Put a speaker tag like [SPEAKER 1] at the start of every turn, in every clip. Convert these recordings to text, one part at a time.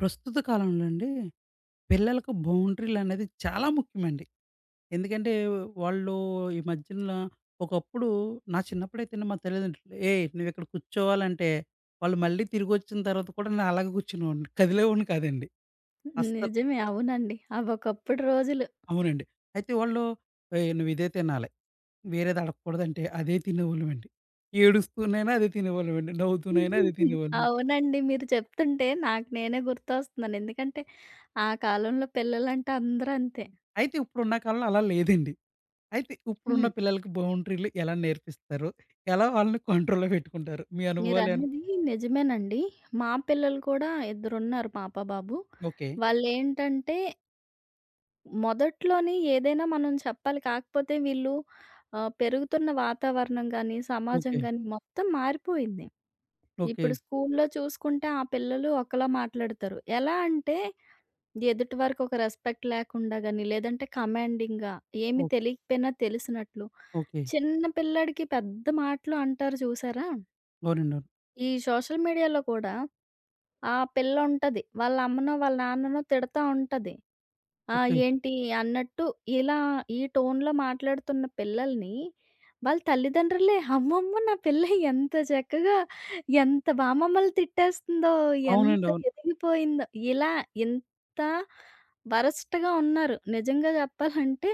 [SPEAKER 1] ప్రస్తుత కాలంలో అండి పిల్లలకు బౌండరీలనేది చాలా ముఖ్యమండి. ఎందుకంటే వాళ్ళు ఈ మధ్యన ఒకప్పుడు నా చిన్నప్పుడైతేనే మా తల్లిదండ్రులు, "ఏయ్! నువ్విక్కడ కూర్చోవాలంటే" వాళ్ళు మళ్ళీ తిరిగొచ్చిన తర్వాత కూడా నేను అలాగే కూర్చునేవాడిని. కదిలేవాడిని కాదండి. అస్సలు.
[SPEAKER 2] నిజమే. అవునండి. అవొకప్పుడు రోజులు.
[SPEAKER 1] అవునండి. అయితే వాళ్ళు, "ఏయ్! నువ్విదే తినాలి. వేరేది అడగకూడదంటే" అదే తినేవాళ్ళమండి. ఏడుస్తూనైనా అదే తినేవాళ్ళమండి. నవ్వుతూనైనా అదే తినేవాళ్ళమండి.
[SPEAKER 2] అవునండి. మీరు చెప్తుంటే నాకు నేనే గుర్తొస్తున్నాను. ఎందుకంటే ఆ కాలంలో పిల్లలంటే అందరూ అంతే.
[SPEAKER 1] అయితే ఇప్పుడున్న కాలంలో అలా లేదండి. అయితే ఇప్పుడున్న
[SPEAKER 2] హ్మ్.
[SPEAKER 1] పిల్లలకి బౌండరీలు ఎలా నేర్పిస్తారు? ఎలా వాళ్ళని కంట్రోల్‌లో పెట్టుకుంటారు? మీ అనుభవాలేన్
[SPEAKER 2] మీరన్నది నిజమేనండి. మా పిల్లలు కూడా ఇద్దరున్నారు పాప, బాబు.
[SPEAKER 1] ఓకే.
[SPEAKER 2] వాళ్ళేంటంటే మొదట్లోనే ఏదైనా మనం చెప్పాలి. కాకపోతే వీళ్ళు పెరుగుతున్న వాతావరణం గానీ, సమాజం
[SPEAKER 1] ఓకే.
[SPEAKER 2] గానీ మొత్తం మారిపోయింది.
[SPEAKER 1] ఓకే.
[SPEAKER 2] ఇప్పుడు స్కూల్లో చూసుకుంటే ఆ పిల్లలు ఒకలా మాట్లాడతారు. ఎలా అంటే ఎదుటి వారికి ఒక రెస్పెక్ట్ లేకుండా గాని, లేదంటే కమాండింగ్‌గా ఏమి
[SPEAKER 1] ఓ
[SPEAKER 2] తెలియకపోయినా తెలిసినట్లు.
[SPEAKER 1] ఓకే.
[SPEAKER 2] చిన్న పిల్లాడికి పెద్ద మాటలు అంటారు చూసారా?
[SPEAKER 1] అవునండి. అవును.
[SPEAKER 2] ఈ సోషల్ మీడియాలో కూడా ఆ పిల్లుంటది. వాళ్ళ అమ్మనో, వాళ్ళ నాన్ననో తిడతా ఉంటది. ఆ!
[SPEAKER 1] ఓకే.
[SPEAKER 2] ఏంటి అన్నట్టు ఇలా ఈ టోన్‌లో మాట్లాడుతున్న పిల్లల్ని వాళ్ళ తల్లిదండ్రులే అమ్మమ్మ! నా పిల్ల ఎంత చక్కగా ఎంత బా మమ్మల్ని తిట్టేస్తుందో, ఎంత
[SPEAKER 1] అవునండి. అవును.
[SPEAKER 2] ఎదిగిపోయిందో, ఇలా ఇంత వరస్ట్‌గా ఉన్నారు. నిజంగా చెప్పాలంటే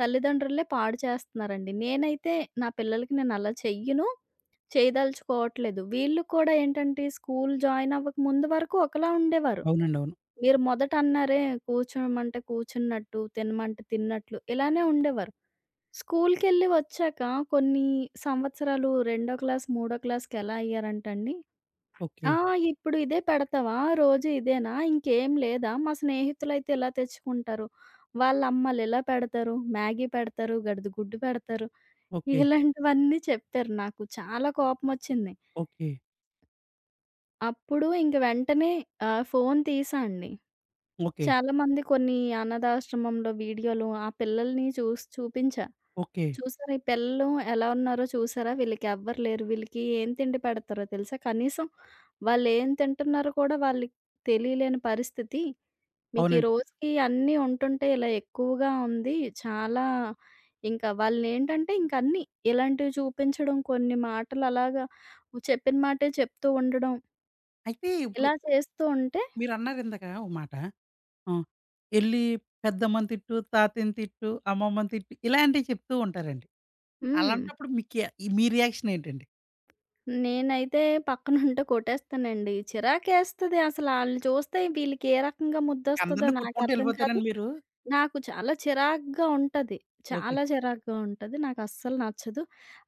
[SPEAKER 2] తల్లిదండ్రులే పాడు చేస్తున్నారండి. నేనైతే నా పిల్లలకి నేను అలా చెయ్యను. చేయదలుచుకోవట్లేదు. వీళ్ళు కూడా ఏంటంటే స్కూల్ జాయిన్ అవ్వక ముందు వరకు ఒకలా ఉండేవారు.
[SPEAKER 1] అవునండి. అవును.
[SPEAKER 2] మీరు మొదట అన్నారే కూర్చోమంటే కూర్చున్నట్టు, తినమంటే తిన్నట్లు ఇలానే ఉండేవారు. స్కూల్‌కెళ్ళి వచ్చాక కొన్ని సంవత్సరాలు రెండో క్లాస్, మూడో క్లాస్‌కి ఎలా అయ్యారంటండి,
[SPEAKER 1] ఓకే.
[SPEAKER 2] "ఆ! ఇప్పుడు ఇదే పెడతావా? రోజు ఇదేనా? ఇంకేం లేదా? మా స్నేహితులైతే ఇలా తెచ్చుకుంటారు. వాళ్ళ అమ్మలు ఇలా పెడతారు. మ్యాగీ పెడతారు. గడిదగుడ్డు పెడతారు."
[SPEAKER 1] ఓకే.
[SPEAKER 2] ఇలాంటివన్నీ చెప్పారు నాకు. చాలా కోపమొచ్చింది.
[SPEAKER 1] ఓకే.
[SPEAKER 2] అప్పుడు ఇంక వెంటనే ఫోను తీసా అండి.
[SPEAKER 1] ఓకే.
[SPEAKER 2] చాలా మంది కొన్ని అనాథాశ్రమంలో వీడియోలు ఆ పిల్లల్ని చూసి చూపించా.
[SPEAKER 1] ఓకే.
[SPEAKER 2] చూసారా ఈ పిల్లలు ఎలా ఉన్నారో చూసారా? వీళ్ళకి ఎవ్వరు లేరు. వీళ్ళకి ఏం తిండి పెడతారో తెలుసా? కనీసం వాళ్ళేం తింటున్నారో కూడా వాళ్ళకి తెలియలేని పరిస్థితి. మీకు ఈ
[SPEAKER 1] అవునండి.
[SPEAKER 2] రోజుకి అన్నీ ఉంటుంటే ఇలా ఎక్కువగా ఉంది. చాలా ఇంకా వాళ్ళనేంటంటే ఇంక అన్నీ ఇలాంటివి చూపించడం, కొన్ని మాటలు అలాగా చెప్పిన మాటే చెప్తూ ఉండడం
[SPEAKER 1] అయితే ఇప్పుడు
[SPEAKER 2] ఇలా చేస్తూ ఉంటే
[SPEAKER 1] మీరన్నారు ఇందాక ఓ మాట. ఆ! ఎళ్లి పెద్దమ్మని తిట్టు, తాతయ్యని తిట్టు, అమ్మమ్మని తిట్టు ఇలాంటివి చెప్తూ ఉంటారండి.
[SPEAKER 2] హ్మ్.
[SPEAKER 1] అలాంటప్పుడు మీకే ఈ మీ రియాక్షన్ ఏంటండి?
[SPEAKER 2] నేనైతే పక్కనుంటే కొట్టేస్తానండి. చిరాకేస్తది అసల ఆళ్ళు చూస్తే వీళ్ళకి ఏ రకంగా
[SPEAKER 1] ఇంక
[SPEAKER 2] ముద్దొస్తదో
[SPEAKER 1] అందరిని కొట్టుకుంటూ
[SPEAKER 2] నాకర్థం కాదు.
[SPEAKER 1] ఎళ్ళిపోతారండి మీరు?
[SPEAKER 2] నాకు చాలా చిరాకుగా ఉంటది.
[SPEAKER 1] ఓకే.
[SPEAKER 2] చాలా చిరాకుగా ఉంటది. నాకస్సలు నచ్చదు.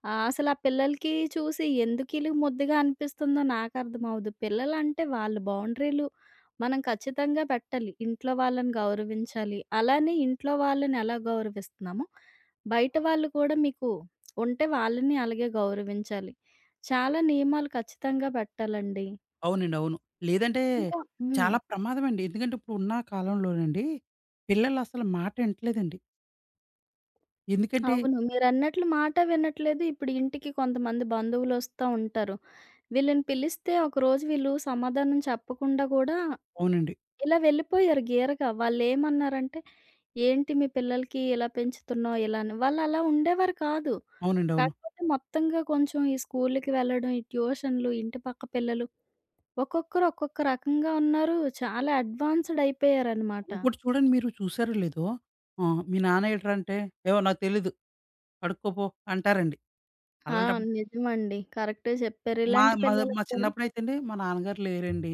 [SPEAKER 2] అసలు ఆ పిల్లలకి చూసి ఎందుకీళ్ళకి ముద్దుగా అనిపిస్తుందో నాకర్థమవ్వదు. పిల్లలంటే వాళ్ళ బౌండరీలు మనం ఖచ్చితంగా పెట్టాలి. ఇంట్లో వాళ్ళని గౌరవించాలి. అలానే ఇంట్లో వాళ్ళని ఎలా గౌరవిస్తున్నామో, బయట వాళ్ళు కూడా మీకు ఉంటే వాళ్ళని అలాగే గౌరవించాలి. చాలా నియమాలు ఖచ్చితంగా పెట్టాలండి.
[SPEAKER 1] అవునండి. అవును. లేదంటే
[SPEAKER 2] ఇంకా హ్మ్.
[SPEAKER 1] చాలా ప్రమాదమండి. ఎందుకంటే ఇప్పుడున్న కాలంలోనండి పిల్లలసలు మాట ఇంటలేదండి. ఎందుకంటే
[SPEAKER 2] అవును. మీరన్నట్లు మాట వినట్లేదు. ఇప్పుడు ఇంటికి కొంతమంది బంధువులొస్తా ఉంటారు. వీళ్ళని పిలిస్తే ఒకరోజు వీళ్ళు సమాధానం చెప్పకుండా కూడా
[SPEAKER 1] అవునండి.
[SPEAKER 2] ఇలా వెళ్ళిపోయారు గీరగా. వాళ్ళేమన్నారంటే, "ఏంటి మీ పిల్లలకి ఇలా పెంచుతున్నావు?" ఇలా అని. వాళ్ళలా ఉండేవారు కాదు.
[SPEAKER 1] అవునండి. అవును.
[SPEAKER 2] కాకపోతే మొత్తంగా కొంచెం ఈ స్కూలుకి వెళ్ళడం, ఈ ట్యూషన్‌లు, ఇంటి పక్క పిల్లలు ఒక్కొక్కరు ఒక్కొక్క రకంగా ఉన్నారు. చాలా అడ్వాన్స్‌డ్ అయిపోయారనమాట.
[SPEAKER 1] ఇంకోటి చూడండి మీరు చూసారో లేదో ఆహ్, మీ నాన్న ఏట్రా అంటే, "ఏవో నాకు తెలీదు కడుక్కోపో" అంటారండి.
[SPEAKER 2] ఆ!
[SPEAKER 1] అలాంటప్పుడు
[SPEAKER 2] నిజమండి. కరెక్టే చెప్పారు.
[SPEAKER 1] మా
[SPEAKER 2] ఇలాంటి
[SPEAKER 1] మా మా
[SPEAKER 2] పిల్లలకి కూడా
[SPEAKER 1] చిన్నప్పుడైతే అండి మా నాన్నగారు లేరండి.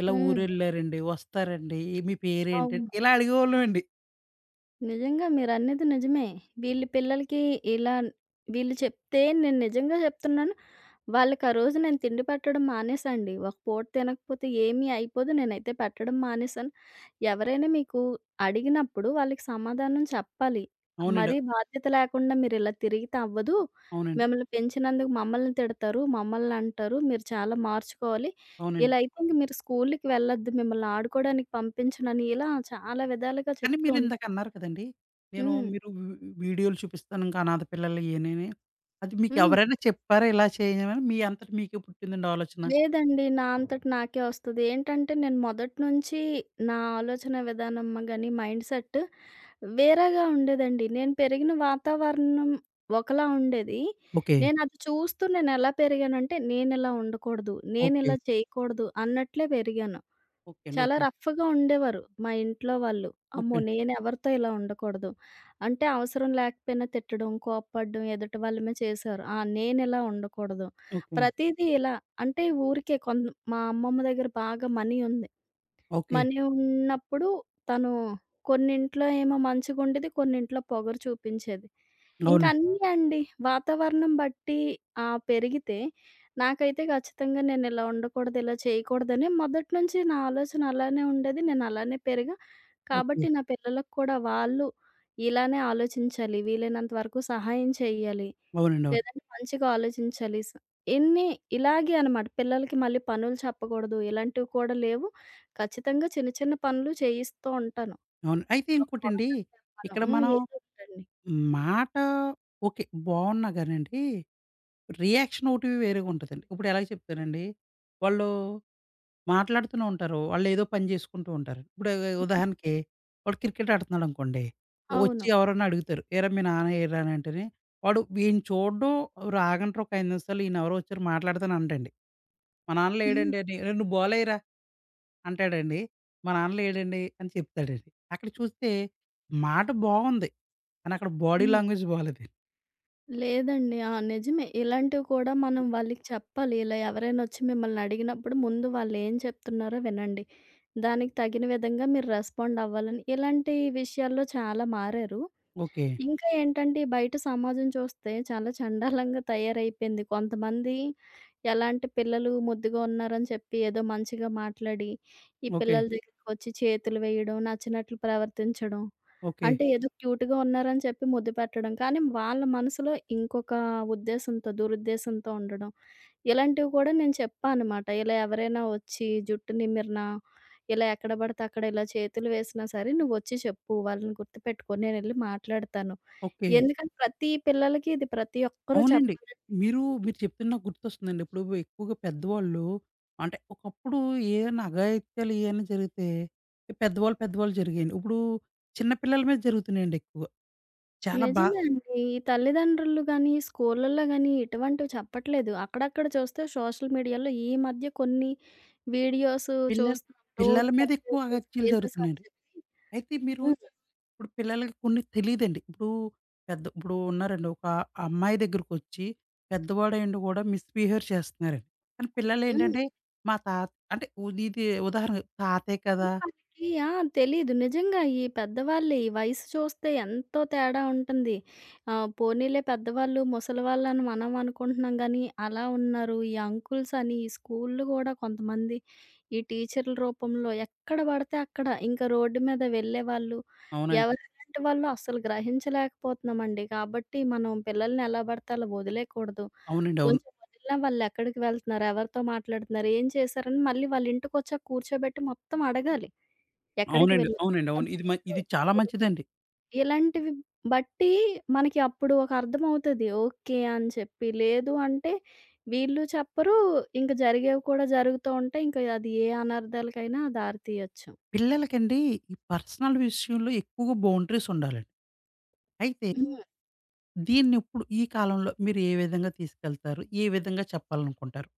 [SPEAKER 1] ఇలా
[SPEAKER 2] హ్మ్.
[SPEAKER 1] ఊరెళ్ళారండి, వస్తారండి, "ఏ, "మీ పేరేంటి"
[SPEAKER 2] అవును.
[SPEAKER 1] ఇలా అడిగేవాళ్ళమండి.
[SPEAKER 2] నిజంగా మీరన్నది నిజమే. వీళ్ళు పిల్లలకి ఇలా వీళ్ళు చెప్తే నేను నిజంగా చెప్తున్నాను. వాళ్ళకా రోజు నేను తిండి పెట్టడం మానేశాండి. ఒక పూట తినకపోతే ఏమీ అయిపోదు. నేనైతే పెట్టడం మానేశాను. ఎవరైనా మీకు అడిగినప్పుడు వాళ్ళకి సమాధానం చెప్పాలి.
[SPEAKER 1] అవునండి.
[SPEAKER 2] మరీ బాధ్యత లేకుండా మీరిలా తిరిగితే అవ్వదు.
[SPEAKER 1] అవునండి.
[SPEAKER 2] మిమ్మల్ని పెంచినందుకు మమ్మల్ని తిడతారు. మమ్మల్ని అంటారు. మీరు చాలా మార్చుకోవాలి. ఇలా
[SPEAKER 1] అవునండి.
[SPEAKER 2] అయితే ఇంక మీరు స్కూలుకి వెళ్ళొద్దు. మిమ్మల్ని ఆడుకోవడానికి పంపించనని ఇలా చాలా విధాలుగా
[SPEAKER 1] కానీ
[SPEAKER 2] చెప్తూ ఉంటారు.
[SPEAKER 1] మీరిందాక అన్నారు కదండీ! నేను
[SPEAKER 2] హ్మ్.
[SPEAKER 1] మీరు వి వీడియోలు చూపిస్తాను ఇంకా అనాథ పిల్లలు ఇయనీని. అది
[SPEAKER 2] హ్మ్.
[SPEAKER 1] మీకెవరైనా చెప్పారా ఇలా చేయమని? మీ అంతట మీకే పుట్టిందండి ఆలోచన?
[SPEAKER 2] లేదండి. నా అంతట నాకే వస్తది. ఏంటంటే నేను మొదటి నుంచి నా ఆలోచన విధానం గాని, మైండ్ సెట్ వేరేగా ఉండేదండి. నేను పెరిగిన వాతావరణం ఒకలా ఉండేది.
[SPEAKER 1] ఓకే.
[SPEAKER 2] నేను అది చూస్తూ నేనెలా పెరిగానంటే, నేనిలా ఉండకూడదు,
[SPEAKER 1] ఓకే.
[SPEAKER 2] నేనిలా చేయకూడదు అన్నట్లే పెరిగాను.
[SPEAKER 1] ఓకే అండి.
[SPEAKER 2] చాలా
[SPEAKER 1] ఓకే అండి.
[SPEAKER 2] రఫ్‌గా ఉండేవారు మా ఇంట్లో వాళ్ళు. అమ్మో!
[SPEAKER 1] ఓకే.
[SPEAKER 2] నేనెవరితో ఇలా ఉండకూడదు. అంటే అవసరం లేకపోయినా తిట్టడం, కోప్పడడం ఎదుటి వాళ్ళ మీద చేశారు. ఆ! నేనిలా ఉండకూడదు.
[SPEAKER 1] ఓకే అండి.
[SPEAKER 2] ప్రతీదీ ఇలా అంటే ఊరికే కొంత మా అమ్మమ్మ దగ్గర బాగా మనీ ఉంది.
[SPEAKER 1] ఓకే.
[SPEAKER 2] మనీ ఉన్నప్పుడు తను కొన్నింట్లో ఏమో మంచిగుండేది, కొన్నింట్లో పొగరు చూపించేది. ఇంక
[SPEAKER 1] అవును.
[SPEAKER 2] అన్నీ అండి వాతావరణం బట్టి పెరిగితే నాకైతే ఖచ్చితంగా నేనిలా ఉండకూడదు, ఇలా చేయకూడదని మొదటి నుంచి నా ఆలోచన అలానే ఉండేది. నేను అలానే పెరిగా.
[SPEAKER 1] ఓకే.
[SPEAKER 2] కాబట్టి నా పిల్లలకు కూడా వాళ్ళు ఇలానే ఆలోచించాలి. వీలైనంత వరకు సహాయం చేయాలి.
[SPEAKER 1] అవునండి. అవును.
[SPEAKER 2] లేదంటే మంచిగా ఆలోచించాలి. ఎన్ని ఇలాగే అన్నమాట. పిల్లలకి మళ్ళీ పనులు చెప్పకూడదు. ఇలాంటివి కూడా లేవు. ఖచ్చితంగా చిన్న చిన్న పనులు చేయిస్తూ ఉంటాను.
[SPEAKER 1] అవును. అయితే
[SPEAKER 2] ఒక
[SPEAKER 1] ఇంకోటండి
[SPEAKER 2] వాటర్ తెమ్మను.
[SPEAKER 1] ఇక్కడ
[SPEAKER 2] హ్మ్.
[SPEAKER 1] మనం
[SPEAKER 2] ఏదో ఒకటండి.
[SPEAKER 1] మాట ఓకే. బావున్నా గానండి రియాక్షన్ ఒకటి వేరేగుంటదండి. ఇప్పుడు ఎలాగ చెప్తానండి, వాళ్ళు మాట్లాడుతూనే ఉంటారు. వాళ్ళేదో పని చేసుకుంటూ ఉంటారు. ఇప్పుడు
[SPEAKER 2] హ్మ్.
[SPEAKER 1] ఉదాహరణకి వాడు క్రికెట్ ఆడుతున్నాడనుకోండి. వచ్చి
[SPEAKER 2] అవును.
[SPEAKER 1] ఎవరన్నా అడుగుతారు. "ఏరా మీ నాన్న ఏరా" అని అంటేనే వాడు ఈయన చూడడం రాగంటారు ఒక 5 నిమిషాలు ఈయన ఎవరో వచ్చారు మాట్లాడతాను అనడండి. "మా నాన్న
[SPEAKER 2] హ్మ్.
[SPEAKER 1] లేడండి" అని "రేయ్ నువ్వు బౌలెయ్యరా" అంటాడండి. "మా నాన్న లేడండి" అని చెప్తాడండి. అక్కడ చూస్తే మాట బావుంది. కానీ అక్కడ బాడీ
[SPEAKER 2] హ్మ్.
[SPEAKER 1] లాంగ్వేజ్ బాలేదండి.
[SPEAKER 2] లేదండి. ఆ! నిజమే. ఇలాంటివి కూడా మనం వాళ్ళకి చెప్పాలి. ఇలా ఎవరైనొచ్చి మిమ్మల్ని అడిగినప్పుడు ముందు వాళ్ళేం చెప్తున్నారో వినండి. దానికి తగిన విధంగా మీరు రెస్పాండ్ అవ్వాలని. ఇలాంటి విషయాల్లో చాలా మారారు.
[SPEAKER 1] ఓకే.
[SPEAKER 2] ఇంకా ఏంటంటే, ఈ బయట సమాజం చూస్తే చాలా చండాలంగా తయారైపోయింది. కొంతమంది ఎలా అంటే, పిల్లలు ముద్దుగా ఉన్నారని చెప్పి ఏదో మంచిగా మాట్లాడి, ఈ
[SPEAKER 1] ఓకే.
[SPEAKER 2] పిల్లల దగ్గరికొచ్చి చేతులు వేయడం, నచ్చినట్లు ప్రవర్తించడం.
[SPEAKER 1] ఓకే.
[SPEAKER 2] అంటే ఏదో క్యూట్‌గా ఉన్నారని చెప్పి ముద్దు పెట్టడం. కానీ వాళ్ళ మనసులో ఇంకొక ఉద్దేశంతో, దురుద్దేశంతో ఉండడం. ఇలాంటివి కూడా నేను చెప్పా అనమాట. ఇలా ఎవరైనా వచ్చి జుట్టు నిమిరినా ఇలా ఎక్కడ పడితే అక్కడ ఇలా చేతులు వేసినా సరే నువ్వొచ్చి చెప్పు. వాళ్ళని గుర్తుపెట్టుకొని నేనెళ్ళి మాట్లాడతాను.
[SPEAKER 1] ఓకే.
[SPEAKER 2] ఎందుకంటే ప్రతి పిల్లలకి ఇది ప్రతి ఒక్కరూ
[SPEAKER 1] అవునండి.
[SPEAKER 2] చెప్పాలండి.
[SPEAKER 1] మీరు మీరు చెప్తుంటే నాకు గుర్తొస్తుందండి. ఇప్పుడు ఎక్కువగా పెద్దవాళ్ళు అంటే ఒకప్పుడు ఏదైనా అఘాయిత్యాలు ఏవైనా జరిగితే ఈ పెద్దవాళ్ళు జరిగాయండి. ఇప్పుడు చిన్న పిల్లల మీద జరుగుతున్నాయండి ఎక్కువ. చాలా బా
[SPEAKER 2] నిజమే అండి. ఈ తల్లిదండ్రులు గాని, స్కూళ్ళల్లో గాని ఇటువంటివి చెప్పట్లేదు. అక్కడక్కడ చూస్తే సోషల్ మీడియాలో ఈ మధ్య కొన్ని వీడియోస్
[SPEAKER 1] పిల్లలు
[SPEAKER 2] చూస్తున్నాం. డోర్
[SPEAKER 1] పిల్లల మీద
[SPEAKER 2] టచ్
[SPEAKER 1] ఎక్కువ
[SPEAKER 2] దిస్
[SPEAKER 1] అఘాయిత్యాలు
[SPEAKER 2] ప్లేసెస్ అని
[SPEAKER 1] జరుగుతున్నాయండి.
[SPEAKER 2] చెప్పి.
[SPEAKER 1] అయితే మీరు
[SPEAKER 2] హ్మ్.
[SPEAKER 1] ఇప్పుడు పిల్లలకి కొన్ని తెలీదండి. ఇప్పుడు పెద్ద ఇప్పుడు ఉన్నారండి ఒక అమ్మాయి దగ్గరికొచ్చి పెద్దవాడయుండి కూడా మిస్‌బిహేవియర్ చేస్తున్నారండి. కానీ
[SPEAKER 2] హ్మ్.
[SPEAKER 1] పిల్లలేంటంటే మా తాత అంటే ఉ- ఇది ఉదాహరణ తాతయ్య
[SPEAKER 2] అంటే
[SPEAKER 1] కదా!
[SPEAKER 2] వాళ్ళకి ఆ! తెలీదు. నిజంగా ఈ పెద్దవాళ్ళే ఈ వయసు చూస్తే ఎంతో తేడా ఉంటుంది. పోనీలే పెద్దవాళ్ళు, ముసలివాళ్ళని మనం అనుకుంటున్నాం గానీ, అలా ఉన్నారు. ఈ అంకుల్స్ అని ఈ స్కూల్‌లు గూడా కొంతమంది ఈ టీచర్ల రూపంలో ఎక్కడ పడితే అక్కడ ఇంకా రోడ్డు మీద వెళ్ళేవాళ్ళు,
[SPEAKER 1] అవునండి.
[SPEAKER 2] ఎవరెలాంటి వాళ్ళో అస్సలు గ్రహించలేకపోతున్నామండి. కాబట్టి మనం పిల్లల్ని ఎలా పడితే అలా వదిలేయకూడదు.
[SPEAKER 1] అవునండి. అవును.
[SPEAKER 2] కొంచెం వదిలినా వాళ్ళెక్కడికి వెళ్తున్నారు, ఎవరితో మాట్లాడుతున్నారు, ఏం చేశారని మళ్ళీ వాళ్ళ ఇంటికొచ్చాక కూర్చోబెట్టి మొత్తం అడగాలి. ఎక్కడికి
[SPEAKER 1] అవునండి.
[SPEAKER 2] వెళ్ళి
[SPEAKER 1] అవునండి.
[SPEAKER 2] ఎంత
[SPEAKER 1] అవును.
[SPEAKER 2] మాట్లాడో
[SPEAKER 1] ఇది చాలా
[SPEAKER 2] ఎవరు
[SPEAKER 1] మంచిదండి.
[SPEAKER 2] ఇలాంటివి బట్టి మనకి అప్పుడు ఒక అర్థమవుతది. ఓకే. అని చెప్పి. లేదు అంటే వీళ్ళు చెప్పరు. ఇంక జరిగేవి కూడా జరుగుతూ ఉంటాయి. ఇంక అది ఏ అనర్థాలకైనా దారి తీయొచ్చు.
[SPEAKER 1] పిల్లలకండి ఈ పర్సనల్ విషయంలో ఎక్కువగా బౌండరీస్ ఉండాలండి. అయితే దీన్ని ఇప్పుడు ఈ కాలంలో మీరు ఏ విధంగా తీసుకెళ్తారు? ఏ విధంగా చెప్పాలనుకుంటారు?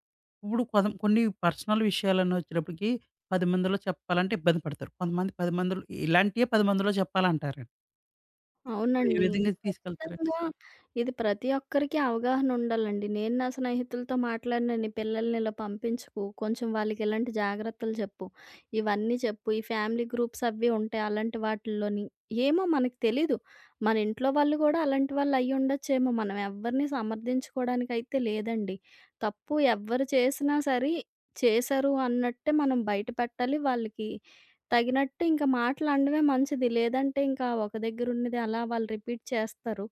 [SPEAKER 1] ఇప్పుడు కొదం కొన్ని పర్సనల్ విషయాలని వచ్చినప్పటికి 10 మందిలో చెప్పాలంటే ఇబ్బంది పడతారు. కొంతమంది 10 మందిలో ఇలాంటియే 10 మందిలో చెప్పాలంటారండి. దీన్ని మీరు ఏ
[SPEAKER 2] అవునండి. ఇది
[SPEAKER 1] విధంగా తీసుకెళ్తారు?
[SPEAKER 2] ఖచ్చితంగా ఇది ప్రతి ఒక్కరికి అవగాహన ఉండాలండి. నేను నా స్నేహితులతో మాట్లాడినని పిల్లల్ని ఇలా పంపించకు, కొంచెం వాళ్ళకి ఇలాంటి జాగ్రత్తలు చెప్పు, ఇవన్నీ చెప్పు, ఈ ఫ్యామిలీ గ్రూప్స్ అవి ఉంటాయి అలాంటి వాటిల్లోని. ఏమో మనకు తెలీదు. మన ఇంట్లో వాళ్ళు కూడా అలాంటి వాళ్ళు అయ్యుండొచ్చేమో. మనం ఎవ్వరిని సమర్థించుకోవడానికైతే లేదండి. తప్పు ఎవ్వరు చేసినా సరే చేశారు అన్నట్టే మనం బయట పెట్టాలి వాళ్ళకి తగినట్టు ఇంకా మాటలనడమే మంచిది. లేదంటే ఇంకా ఒక దగ్గరున్నది అలా వాళ్ళు రిపీట్ చేస్తారు.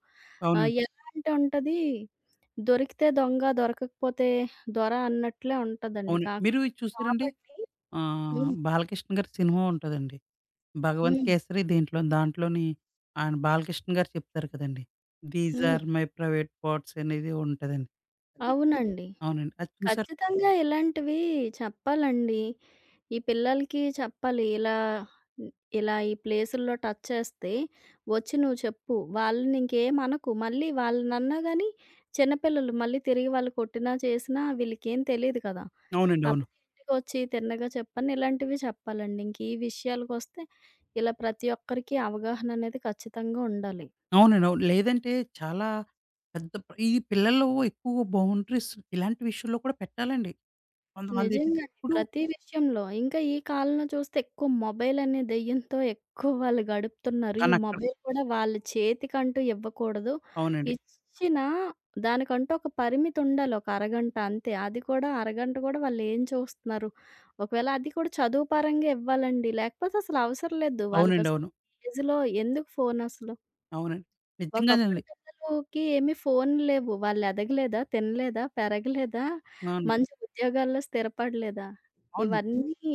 [SPEAKER 1] అవునండి.
[SPEAKER 2] ఎలా అంటే ఉంటది, దొరికితే దొంగ, దొరకకపోతే దొర అన్నట్లే ఉంటదండి.
[SPEAKER 1] అవునండి. మీరు ఇది చూసారండి?
[SPEAKER 2] కాబట్టి
[SPEAKER 1] ఆహ్,
[SPEAKER 2] హ్మ్.
[SPEAKER 1] 'బాలకృష్ణ' గారి సినిమా ఉంటదండి. భగవంత్
[SPEAKER 2] హ్మ్.
[SPEAKER 1] కేసరి దీంట్లో దాంట్లోని ఆయన బాలకృష్ణ గారు చెప్తారు కదండీ! 'దీస్
[SPEAKER 2] హ్మ్.
[SPEAKER 1] ఆర్ మై ప్రైవేట్ పార్ట్స్' అనేది ఉంటదండి. అది
[SPEAKER 2] అవునండి.
[SPEAKER 1] అవునండి. అది చూసారా?
[SPEAKER 2] ఖచ్చితంగా ఇలాంటివి చెప్పాలండి. ఈ పిల్లలకి చెప్పాలి. ఇలా ఇలా ఈ ప్లేసుల్లో టచ్ చేస్తే వచ్చి నువ్వు చెప్పు. వాళ్ళని ఇంకేమనకు. మళ్ళీ వాళ్ళనన్నా గాని చిన్నపిల్లలు మళ్ళీ తిరిగి వాళ్ళు కొట్టినా చేసినా వీళ్ళకేం తెలీదు కదా!
[SPEAKER 1] అవునండి. అవును.
[SPEAKER 2] కాబట్టి ఇంటికొచ్చి తిన్నగా చెప్పని ఇలాంటివి చెప్పాలండి. ఇంక ఈ విషయాలకొస్తే ఇలా ప్రతి ఒక్కరికి అవగాహన అనేది ఖచ్చితంగా ఉండాలి.
[SPEAKER 1] అవునండి. అవును. లేదంటే చాలా పెద్ద ప్ర ఈ పిల్లలు ఎక్కువ బౌండరీస్ ఇలాంటి విషయంలో కూడా పెట్టాలండి. కొంతమందేంటి
[SPEAKER 2] నిజంగానే.
[SPEAKER 1] ఇప్పుడు
[SPEAKER 2] ప్రతి విషయంలో. ఇంకా ఈ కాలంలో చూస్తే ఎక్కువ మొబైల్ అనే దెయ్యంతో ఎక్కువ వాళ్ళు గడుపుతున్నారు. ఈ
[SPEAKER 1] కానక్కడ
[SPEAKER 2] మొబైల్ కూడా వాళ్ళ చేతికంటూ ఇవ్వకూడదు.
[SPEAKER 1] అవునండి.
[SPEAKER 2] ఇచ్చినా దానికంటూ ఒక పరిమితి ఉండాలి. ఒక అరగంట అంతే. అది కూడా అరగంట కూడా వాళ్ళేం చూస్తున్నారు? ఒకవేళ అది కూడా చదువు పరంగా ఇవ్వాలండి. లేకపోతే అసలు అవసరం లేదు.
[SPEAKER 1] అవునండి.
[SPEAKER 2] వాళ్ళకసలు
[SPEAKER 1] అవును.
[SPEAKER 2] ఈ ఏజ్‌లో ఎందుకు ఫోనసలు?
[SPEAKER 1] అవునండి.
[SPEAKER 2] ఒకప్పుడు
[SPEAKER 1] నిజంగానండి.
[SPEAKER 2] పిల్లలకి ఏమి ఫోన్లు లేవు. వాళ్ళు ఎదగలేదా? తినలేదా? పెరగలేదా?
[SPEAKER 1] అవునండి.
[SPEAKER 2] మంచి ఉద్యోగాల్లో స్థిరపడలేదా?
[SPEAKER 1] అవునండి.
[SPEAKER 2] ఇవన్నీ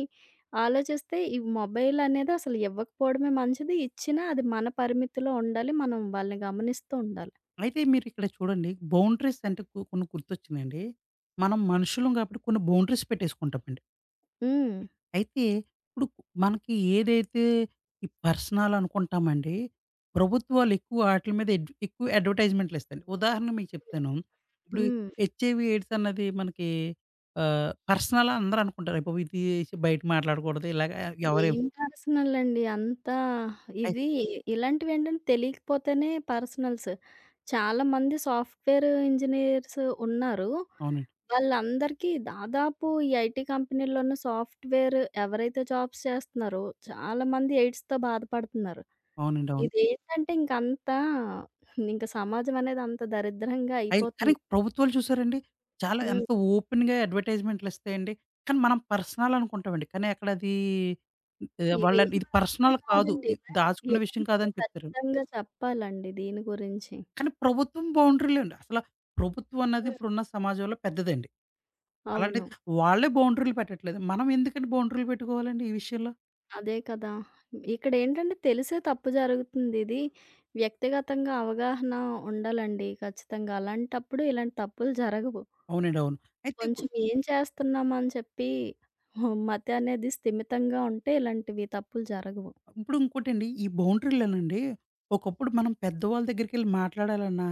[SPEAKER 2] ఆలోచిస్తే ఈ మొబైల్ అనేది అసలు ఇవ్వకపోవడమే మంచిది. ఇచ్చినా అది మన పరిమితిలో ఉండాలి. మనం వాళ్ళని గమనిస్తూ ఉండాలి.
[SPEAKER 1] అయితే మీరిక్కడ చూడండి బౌండరీస్ అంటే కొ కొన్ని గుర్తొచ్చిందండి. మనం మనుషులం కాబట్టి కొన్ని బౌండరీస్ పెట్టేసుకుంటామండి.
[SPEAKER 2] హ్మ్.
[SPEAKER 1] అయితే ఇప్పుడు మనకి ఏదైతే ఈ పర్సనల్ అనుకుంటామండి, ప్రభుత్వాలు ఎక్కువ ఆటిల మీద ఎడ్ ఎక్కువ అడ్వర్టైజ్మెంట్లు ఇస్తాయండి. ఉదాహరణ మీకు చెప్తాను. ఇప్పుడు
[SPEAKER 2] హ్మ్.
[SPEAKER 1] హెచ్ఐవి, ఎయిడ్స్ అన్నది మనకి ఆహ్, పర్సనల్ అందరూ అనుకుంటారు. అయ్య ఇది బయట మాట్లాడకూడదు. ఇలాగ ఎవరేం
[SPEAKER 2] ఏం పర్సనల్ అండి. అంతా
[SPEAKER 1] అయి
[SPEAKER 2] ఇవి ఇలాంటివేంటంటే తెలియకపోతేనే పర్సనల్స్. చాలా మంది సాఫ్ట్‌వేర్ ఇంజినీర్స్ ఉన్నారు.
[SPEAKER 1] అవునండి.
[SPEAKER 2] వాళ్ళందరికీ దాదాపు ఈ ఐటీ కంపెనీల్లోనూ సాఫ్ట్‌వేర్ ఎవరైతే జాబ్స్ చేస్తున్నారో చాలా మంది ఎయిడ్స్‌తో బాధపడుతున్నారు.
[SPEAKER 1] అవునండి. అవును.
[SPEAKER 2] ఇదేంటంటే ఇంకంతా ఇంక సమాజం అనేది అంత దరిద్రంగా
[SPEAKER 1] అయిన కానీ
[SPEAKER 2] అయిపోతుంది.
[SPEAKER 1] ప్రభుత్వాలు చూసారండి చాలా
[SPEAKER 2] హ్మ్.
[SPEAKER 1] ఎంత ఓపెన్‌గా అడ్వర్టైజ్మెంట్లు ఇస్తాయండి. కానీ మనం పర్సనల్ అనుకుంటామండి. కానీ అక్కడ అది ఆహ్, వాళ్ళ
[SPEAKER 2] ఇదేం
[SPEAKER 1] ఇది
[SPEAKER 2] పర్సనల్
[SPEAKER 1] పర్సనల్ కాదు.
[SPEAKER 2] కాదండి.
[SPEAKER 1] ఇది
[SPEAKER 2] ఇలా
[SPEAKER 1] దాచుకున్న విషయం
[SPEAKER 2] ఇలాంటివి
[SPEAKER 1] కాదని చెప్తారు.
[SPEAKER 2] ఖచ్చితంగా చెప్పాలండి దీని గురించి.
[SPEAKER 1] కానీ ప్రభుత్వం బౌండరీలండి. అసల ప్రభుత్వం అన్నది
[SPEAKER 2] హ్మ్.
[SPEAKER 1] ఇప్పుడున్న సమాజంలో పెద్దదండి.
[SPEAKER 2] అవును.
[SPEAKER 1] అలాంటిది వాళ్ళే బౌండరీలు పెట్టట్లేదు. మనం ఎందుకండి బౌండరీలు పెట్టుకోవాలండి ఈ విషయంలో?
[SPEAKER 2] అదే కదా! ఇక్కడేంటంటే తెలిసే తప్పు జరుగుతుంది. ఇది వ్యక్తిగతంగా అవగాహన ఉండాలండి ఖచ్చితంగా. అలాంటప్పుడు ఇలాంటి తప్పులు జరగవు.
[SPEAKER 1] అవునండి. అవును. అయితే ఇప్పు
[SPEAKER 2] కొంచెం ఏం చేస్తున్నామని చెప్పి మతి అనేది స్థిమితంగా ఉంటే ఇలాంటివి తప్పులు జరగవు.
[SPEAKER 1] ఇప్పుడు ఇంకోటండి ఈ బౌండరీలనండి ఒకప్పుడు మనం పెద్దవాళ్ళ దగ్గరికెళ్ళి మాట్లాడాలన్నా,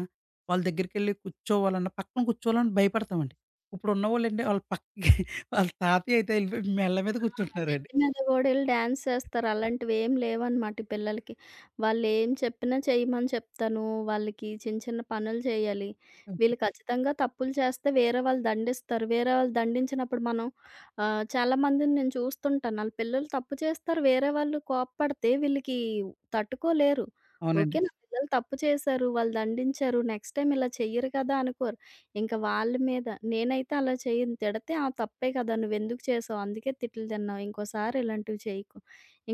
[SPEAKER 1] వాళ్ళ దగ్గరికెళ్ళి కూర్చోవాలన్నా, పక్కన కూర్చోవాలన్నా భయపడతామండి. ఇప్పుడున్నవాళ్ళండి ఆళ్ళ పక్కకి వాళ్ళ తాతయ్య అయితే ఎళ్ళిపోయి మెళ్ళ మీద కూర్చుంటున్నారండి.
[SPEAKER 2] నెత్తి మీద గూడా ఎళ్లి డాన్స్ చేస్తారు. అలాంటివేం లేవనమాట ఈ పిల్లలకి. వాళ్ళేం చెప్పినా చెయ్యమని చెప్తాను. వాళ్ళకి చిన్న చిన్న పనులు చేయాలి.
[SPEAKER 1] ఓకే.
[SPEAKER 2] వీళ్ళు ఖచ్చితంగా తప్పులు చేస్తే వేరే వాళ్ళు దండిస్తారు. వేరే వాళ్ళు దండించినప్పుడు మనం చాలా మందిని నేను చూస్తుంటాను. ఆళ్ళ పిల్లలు తప్పు చేస్తారు. వేరే వాళ్ళు కోప్పడితే వీళ్ళకి తట్టుకోలేరు. ఓకే.
[SPEAKER 1] అవునండి.
[SPEAKER 2] నా పిల్లలు తప్పు చేశారు. వాళ్ళు దండించారు. నెక్స్ట్ టైమ్ ఇలా చెయ్యరు కదా అనుకోరు. ఇంక వాళ్ళ మీద నేనైతే అలా చేయను. తిడితే "ఆ! తప్పే కదా! నువ్వెందుకు చేసావు? అందుకే తిట్లు తిన్నావు. ఇంకోసారి ఇలాంటివి చేయకు."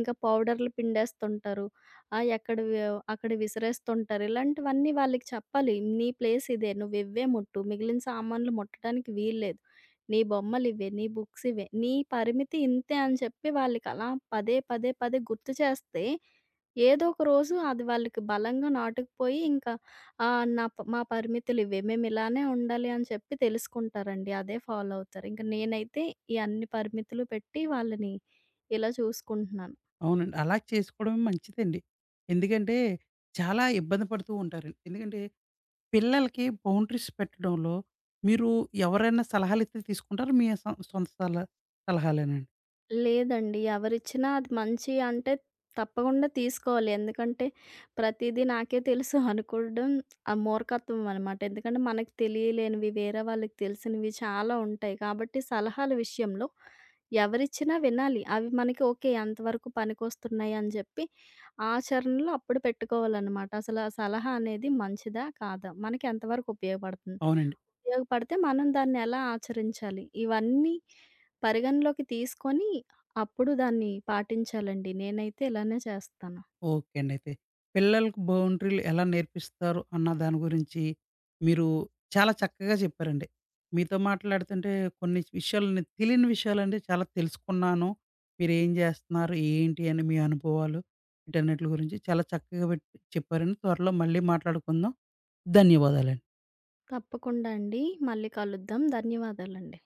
[SPEAKER 2] ఇంకా పౌడర్‌లు పిండేస్తుంటారు. ఎక్కడివి అక్కడ విసిరేస్తుంటారు. ఇలాంటివన్నీ వాళ్ళకి చెప్పాలి. "నీ ప్లేస్ ఇదే. నువ్వు ఇవ్వే ముట్టు. మిగిలిన సామాన్లు ముట్టడానికి వీల్లేదు. నీ బొమ్మలు ఇవే. నీ బుక్స్ ఇవే. నీ పరిమితి ఇంతే" అని చెప్పి వాళ్ళకి అలా పదే, పదే, పదే గుర్తు చేస్తే ఏదో ఒక రోజు అది వాళ్ళకి బలంగా నాటుకుపోయి ఇంకా ఆ! నా ప మా పరిమితులివే. మేమిలానే ఉండాలి అని చెప్పి తెలుసుకుంటారండి. అదే ఫాలో అవుతారు. ఇంక నేనైతే ఈ అన్ని పరిమితులు పెట్టి వాళ్ళని ఇలా చూసుకుంటున్నాను.
[SPEAKER 1] అవునండి. అలా చేసుకోవడమే మంచిదండి. ఎందుకంటే చాలా ఇబ్బంది పడుతూ ఉంటారండి. ఎందుకంటే పిల్లలకి బౌండరీస్ పెట్టడంలో మీరు ఎవరైనా సలహాలిస్తే తీసుకుంటారా? మీ సొంత సలహా సలహాలేనండి?
[SPEAKER 2] లేదండి. ఎవరిచ్చినా అది మంచి అంటే తప్పకుండా తీసుకోవాలి. ఎందుకంటే ప్రతీదీ నాకే తెలుసు అనుకోవడం ఆ మూర్ఖత్వం అనమాట. ఎందుకంటే మనకు తెలియలేనివి, వేరే వాళ్ళకి తెలిసినవి చాలా ఉంటాయి. కాబట్టి సలహాల విషయంలో ఎవరిచ్చినా వినాలి. అవి మనకి ఓకే. అంతవరకు పనికొస్తున్నాయి అని చెప్పి ఆచరణలో అప్పుడు పెట్టుకోవాలన్నమాట. అసలు ఆ సలహా అనేది మంచిదా? కాదా? మనకి ఎంతవరకు ఉపయోగపడుతుంది?
[SPEAKER 1] అవునండి.
[SPEAKER 2] ఉపయోగపడితే మనం దాన్ని ఎలా ఆచరించాలి? ఇవన్నీ పరిగణలోకి తీసుకొని అప్పుడు దాన్ని పాటించాలండి. నేనైతే ఇలానే చేస్తాను.
[SPEAKER 1] ఓకే అండి. అయితే పిల్లలకు బౌండరీలు ఎలా నేర్పిస్తారు అన్న దాని గురించి మీరు చాలా చక్కగా చెప్పారండి. మీతో మాట్లాడుతుంటే కొన్ని విషయాలు నేను తెలియని విషయాలండి చాలా తెలుసుకున్నాను. మీరేం చేస్తున్నారు? ఏంటి? అని మీ అనుభవాలు వీటన్నిటి గురించి చాలా చక్కగా పెట్ చెప్పారండి. త్వరలో మళ్ళీ మాట్లాడుకుందాం. ధన్యవాదాలండి.
[SPEAKER 2] తప్పకుండా అండి. మళ్ళీ కలుద్దాం. ధన్యవాదాలండి.